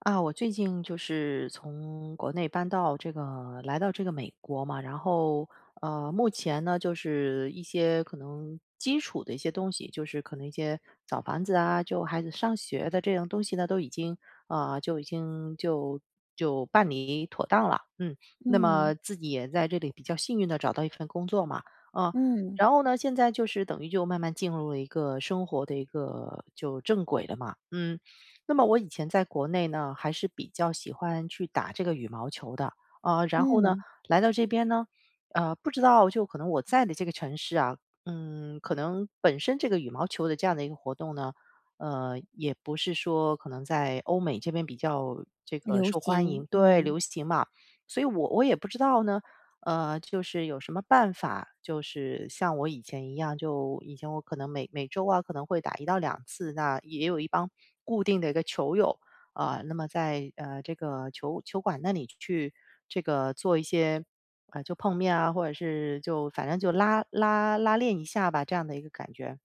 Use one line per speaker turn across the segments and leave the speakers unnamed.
啊，我最近就是从国内搬到这个来到这个美国嘛，然后目前呢，就是一些可能基础的一些东西，就是可能一些找房子啊，就孩子上学的这样东西呢，都已经啊、呃就已经就就办理妥当了，嗯，那么
嗯，
自己也在这里比较幸运的找到一份工作嘛，啊、
嗯，
然后呢，现在就是等于就慢慢进入了一个生活的一个就正轨了嘛，嗯。那么我以前在国内呢，还是比较喜欢去打这个羽毛球的，然后呢，
嗯，
来到这边呢，不知道就可能我在的这个城市啊，嗯，可能本身这个羽毛球的这样的一个活动呢，也不是说可能在欧美这边比较这个
流
受欢迎，
行，
对，
嗯，
流行嘛，所以我也不知道呢，就是有什么办法，就是像我以前一样，就以前我可能每周啊，可能会打一到两次，那也有一帮固定的一个球友，啊，那么在，这个球馆那里去这个做一些啊，就碰面啊，或者是就反正就拉练一下吧，这样的一个感觉。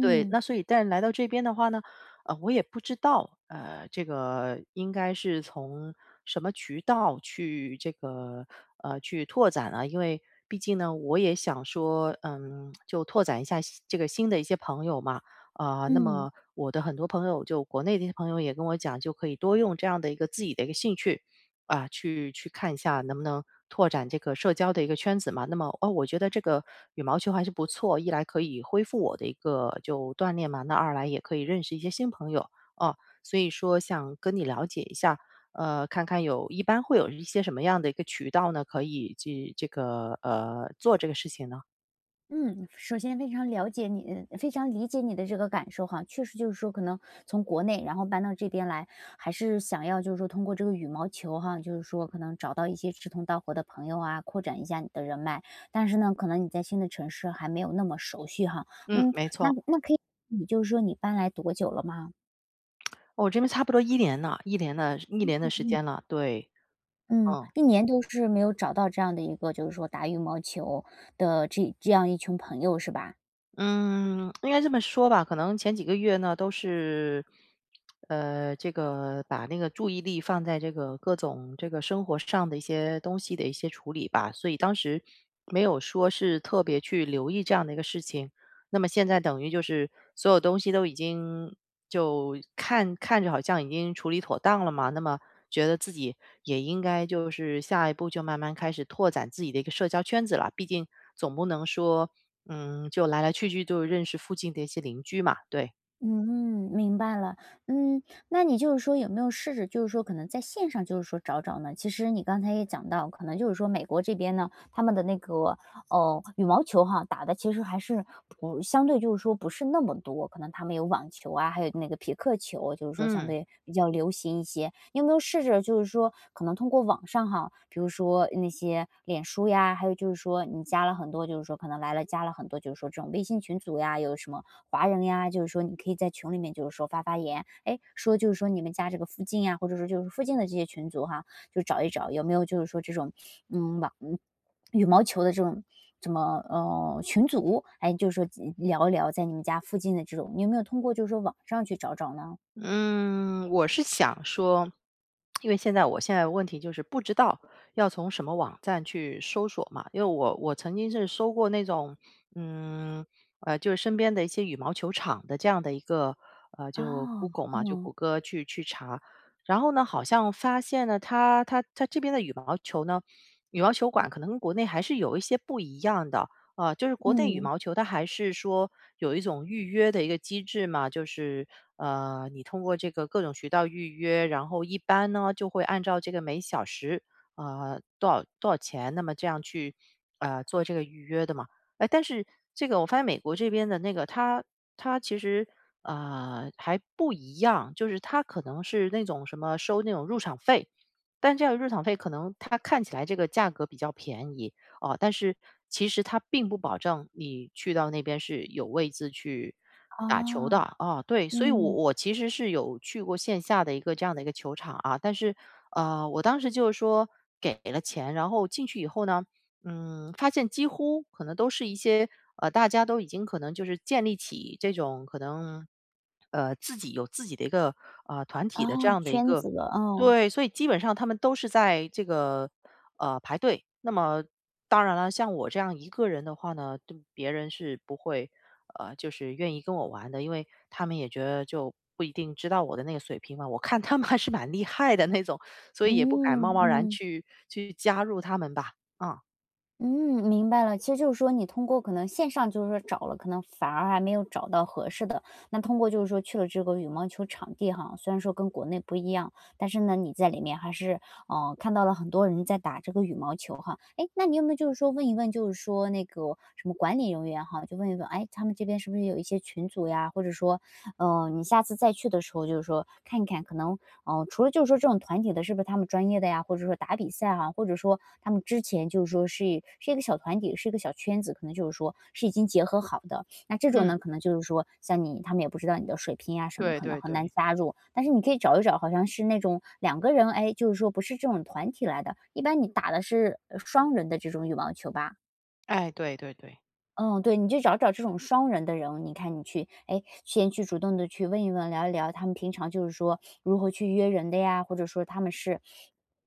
对，那所以但来到这边的话呢，我也不知道，这个应该是从什么渠道去这个去拓展啊？因为毕竟呢，我也想说，嗯，就拓展一下新这个新的一些朋友嘛，那
嗯，
么我的很多朋友，就国内的一些朋友也跟我讲，就可以多用这样的一个自己的一个兴趣去看一下能不能拓展这个社交的一个圈子嘛。那么，哦，我觉得这个羽毛球还是不错，一来可以恢复我的一个就锻炼嘛，那二来也可以认识一些新朋友哦。所以说想跟你了解一下，看看有一般会有一些什么样的一个渠道呢，可以去这个做这个事情呢？
嗯。首先非常了解你非常理解你的这个感受哈，确实就是说可能从国内，然后搬到这边来，还是想要就是说通过这个羽毛球哈，就是说可能找到一些志同道合的朋友啊，扩展一下你的人脉。但是呢，可能你在新的城市还没有那么熟悉哈，
嗯，
嗯，
没
那
错，
那可以你就是说你搬来多久了吗？
哦我这边差不多一年了，一年了，一年的时
嗯
间了，对，
嗯，
嗯。
一年都是没有找到这样的一个，就是说打羽毛球的这样一群朋友是吧？
嗯，应该这么说吧，可能前几个月呢，都是，这个把那个注意力放在这个各种这个生活上的一些东西的一些处理吧，所以当时没有说是特别去留意这样的一个事情。那么现在等于就是所有东西都已经就看着好像已经处理妥当了嘛，那么觉得自己也应该就是下一步就慢慢开始拓展自己的一个社交圈子了，毕竟总不能说。嗯，就来来去去都有认识附近的一些邻居嘛，对。
嗯，明白了。嗯，那你就是说有没有试着，就是说可能在线上，就是说找找呢？其实你刚才也讲到，可能就是说美国这边呢，他们的那个哦，羽毛球哈打的其实还是不相对就是说不是那么多，可能他们有网球啊，还有那个匹克球，就是说相
嗯，
对比较流行一些。你有没有试着就是说可能通过网上哈，比如说那些脸书呀，还有就是说你加了很多，就是说可能来了加了很多，就是说这种微信群组呀，有什么华人呀，就是说你可以在群里面就是说发发言，哎，说就是说你们家这个附近呀，或者说就是附近的这些群组哈，就找一找有没有就是说这种，嗯，网嗯羽毛球的这种怎么群组，哎，就是说嗯聊一聊在你们家附近的这种，你有没有通过就是说网上去找找呢？
嗯，我是想说，因为现在问题就是不知道要从什么网站去搜索嘛，因为我曾经是搜过那种，嗯，就是身边的一些羽毛球场的这样的一个，就
哦，
Google 嘛，就
嗯
谷歌去查，然后呢，好像发现呢，它这边的羽毛球呢，羽毛球馆可能跟国内还是有一些不一样的，啊，就是国内羽
嗯，
毛球，它还是说有一种预约的一个机制嘛，就是你通过这个各种渠道预约，然后一般呢就会按照这个每小时多少多少钱，那么这样去做这个预约的嘛。哎，但是这个我发现美国这边的那个，它其实还不一样，就是它可能是那种什么收那种入场费，但这样入场费可能它看起来这个价格比较便宜，哦，但是其实它并不保证你去到那边是有位置去打球的
哦，
啊。对，所以我
嗯，
我其实是有去过线下的一个这样的一个球场啊，但是我当时就是说给了钱，然后进去以后呢，嗯，发现几乎可能都是一些大家都已经可能就是建立起这种可能自己有自己的一个团体的这
哦，
样的一
圈
个
子了，哦，
对，所以基本上他们都是在这个排队。那么当然了，像我这样一个人的话呢，对别人是不会，就是愿意跟我玩的，因为他们也觉得就不一定知道我的那个水平嘛。我看他们还是蛮厉害的那种，所以也不敢贸
嗯
贸然
嗯。
去加入他们吧。啊，
嗯，明白了。其实就是说，你通过可能线上就是说找了，可能反而还没有找到合适的。那通过就是说去了这个羽毛球场地哈，虽然说跟国内不一样，但是呢，你在里面还是看到了很多人在打这个羽毛球哈。哎，那你有没有就是说问一问，就是说那个什么管理人员哈，就问一问，哎，他们这边是不是有一些群组呀，或者说呃，你下次再去的时候，就是说看一看，可能呃，除了就是说这种团体的，是不是他们专业的呀，或者说打比赛啊，或者说他们之前就是说是一个小团体，是一个小圈子，可能就是说是已经结合好的。那这种
嗯，
呢，可能就是说像你，他们也不知道你的水平呀什么，
对
可能
对
很难
对，
加入。但是你可以找一找，好像是那种两个人，哎，就是说不是这种团体来的，一般你打的是双人的这种羽毛球吧。
哎，对对对，
嗯，对，你就找找这种双人的人，你看你去，哎，先去主动的去问一问、聊一聊，他们平常就是说如何去约人的呀，或者说他们是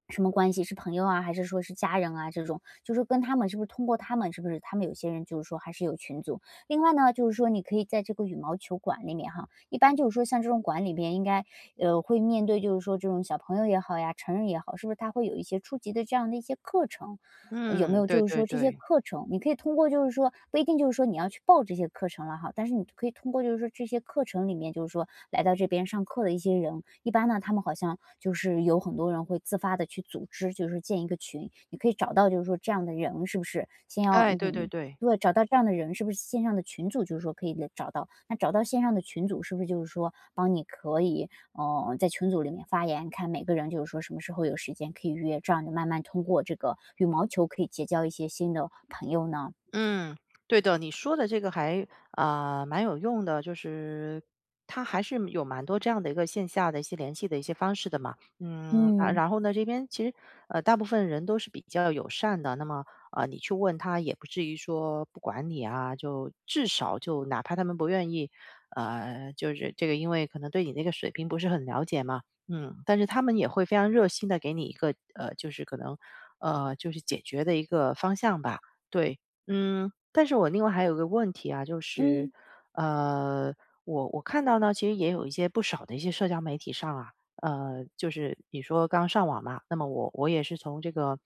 什么关系，是朋友啊，还是说是家人啊这种，就是跟他们是不是通过他们，是不是他们有些人就是说还是有群组。另外呢，就是说你可以在这个羽毛球馆里面哈，一般就是说像这种馆里边应该，呃，会面对就是说这种小朋友也好呀，成人也好，是不是他会有一些初级的这样的一些课程。呃有没
嗯，
有
对
就是
对
说这些
对，
课程，你可以通过就是说不一定就是说你要去报这些课程了哈，但是你可以通过就是说这些课程里面，就是说来到这边上课的一些人，一般呢，他们好像就是有很多人会自发的去组织，就是建一个群，你可以找到就是说这样的人是不是？先要
哎，对对
嗯。
对。
对，找到这样的人，是不是线上的群组就是说可以找到？那找到线上的群组，是不是就是说帮你可以哦，在群组里面发言，看每个人就是说什么时候有时间可以约，这样就慢慢通过这个羽毛球可以结交一些新的朋友呢？
嗯，对的，你说的这个还蛮有用的，就是他还是有蛮多这样的一个线下的一些联系的一些方式的嘛。嗯，啊
嗯
然后呢，这边其实大部分人都是比较友善的，那么你去问他也不至于说不管你啊，就至少就哪怕他们不愿意，就是这个因为可能对你那个水平不是很了解嘛，嗯，但是他们也会非常热心的给你一个就是可能就是解决的一个方向吧。对，嗯，但是我另外还有个问题啊，就是，
嗯。
呃，我看到呢，其实也有一些不少的一些社交媒体上啊，就是你说刚上网嘛，那么我也是从这个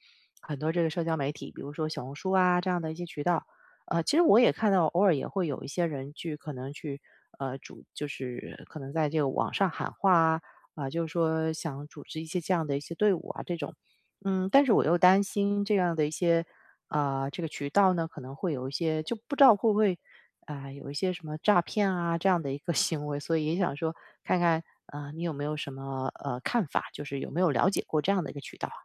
很多这个社交媒体，比如说小红书啊这样的一些渠道，其实我也看到偶尔也会有一些人去可能去主，就是可能在这个网上喊话啊，就是说想组织一些这样的一些队伍啊这种，嗯，但是我又担心这样的一些。这个渠道呢，可能会有一些就不知道会不会有一些什么诈骗啊这样的一个 行为，所以也想说看看你有没有什么看法，就是有没有了解过这样的一个渠道啊？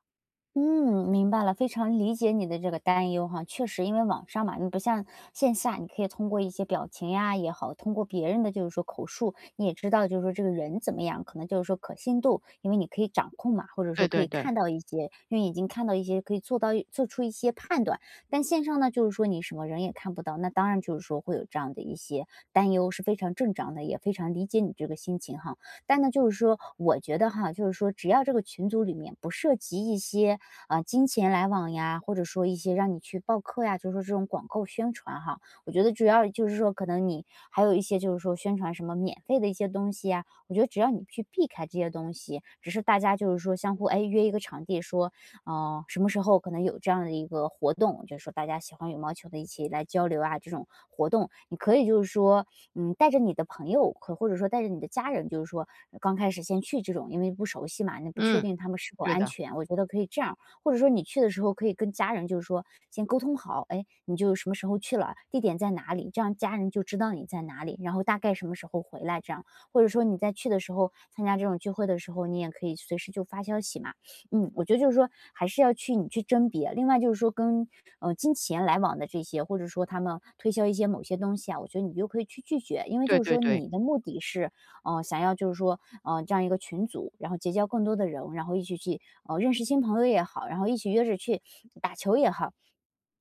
嗯，明白了，非常理解你的这个担忧哈。确实，因为网上嘛，你不像线下，你可以通过一些表情呀也好，通过别人的就是说口述，你也知道就是说这个人怎么样，可能就是说可信度，因为你可以掌控嘛，或者说
对
可
对
以
对，
看到一些，用眼睛看到一些，可以做到做出一些判断。但线上呢，就是说你什么人也看不到，那当然就是说会有这样的一些担忧，是非常正常的，也非常理解你这个心情哈。但呢，就是说我觉得哈，就是说只要这个群组里面不涉及一些啊金钱来往呀，或者说一些让你去报课呀，就是说这种广告宣传哈，我觉得主要就是说可能你还有一些就是说宣传什么免费的一些东西呀，我觉得只要你去避开这些东西，只是大家就是说相互哎约一个场地说，呃什么时候可能有这样的一个活动，就是说大家喜欢羽毛球的一起来交流啊这种活动，你可以就是说嗯，带着你的朋友或者说带着你的家人，就是说刚开始先去这种，因为不熟悉嘛，你不确
嗯，
定他们是否
对
安
的，
全，我觉得可以这样。或者说你去的时候可以跟家人就是说先沟通好，哎，你就什么时候去了，地点在哪里，这样家人就知道你在哪里，然后大概什么时候回来这样。或者说你在去的时候参加这种聚会的时候，你也可以随时就发消息嘛，嗯，我觉得就是说还是要去你去甄别。另外就是说跟，呃，金钱来往的这些，或者说他们推销一些某些东西啊，我觉得你就可以去拒绝。因为
对
就是
对
说
对。
你的目的是，呃，想要就是说，呃，这样一个群组，然后结交更多的人，然后一起去，呃，认识新朋友也好，然后一起约着去打球也好。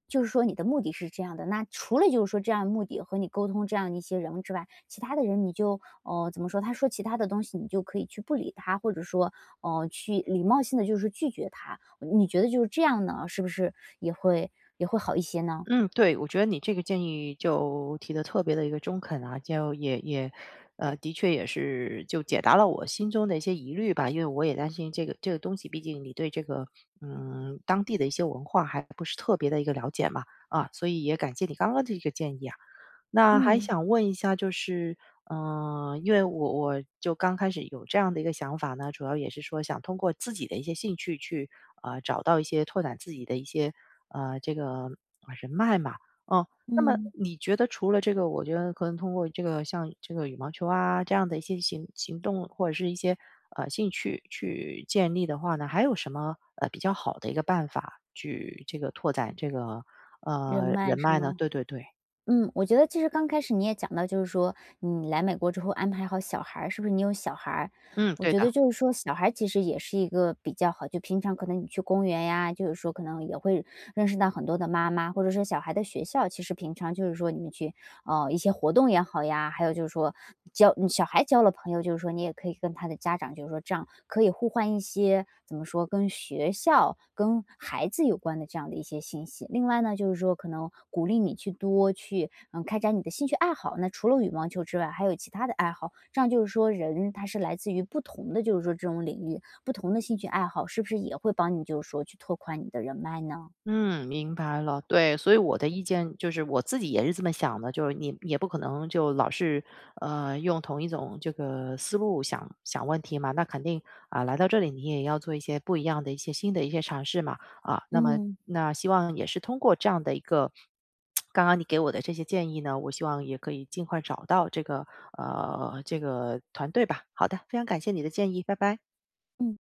就是说你的目的是这样的，那除了就是说这样的目的和你沟通这样一些人之外，其他的人你就呃怎么说？他说其他的东西，你就可以去不理他，或者说去礼貌性的就是拒绝他。呃你觉得就是这样呢？是不是也会好一些呢？
嗯，对，我觉得你这个建议就提的特别的一个中肯啊，就也，的确也是就解答了我心中的一些疑虑吧，因为我也担心这个东西，毕竟你对这个嗯当地的一些文化还不是特别的一个了解嘛，啊，所以也感谢你刚刚的一个建议啊。那还
嗯
想问一下，就是，嗯，因为我就刚开始有这样的一个想法呢，主要也是说想通过自己的一些兴趣去，找到一些拓展自己的一些，这个人脉嘛，哦，那么
嗯，
你觉得除了这个，我觉得可能通过这个像这个羽毛球啊这样的一些行动或者是一些兴趣去建立的话呢，还有什么比较好的一个办法去这个拓展这个
人脉
人
是
脉呢？
吗？
对对对，
嗯，我觉得其实刚开始你也讲到，就是说你来美国之后安排好小孩儿，是不是你有小孩儿？
嗯，
我
对
觉
的。
得就是说小孩儿其实也是一个比较好，就平常可能你去公园呀，就是说可能也会认识到很多的妈妈，或者说小孩的学校，其实平常就是说你们去呃，一些活动也好呀，还有就是说交嗯小孩交了朋友，就是说你也可以跟他的家长，就是说这样可以互换一些怎么说，跟学校、跟孩子有关的这样的一些信息。另外呢，就是说可能鼓励你去多去，嗯，开展你的兴趣爱好。那除了羽毛球之外，还有其他的爱好，这样就是说人他是来自于不同的，就是说这种领域，不同的兴趣爱好，是不是也会帮你就是说去拓宽你的人脉呢？
嗯，明白了。对，所以我的意见就是我自己也是这么想的，就是你也不可能就老是用同一种这个思路想想问题嘛，那肯定来到这里你也要做一些不一样的一些新的一些尝试嘛啊。那么
嗯
希望也是通过这样的一个。刚刚你给我的这些建议呢，我希望也可以尽快找到这个这个团队吧。好的，非常感谢你的建议，拜拜。
嗯。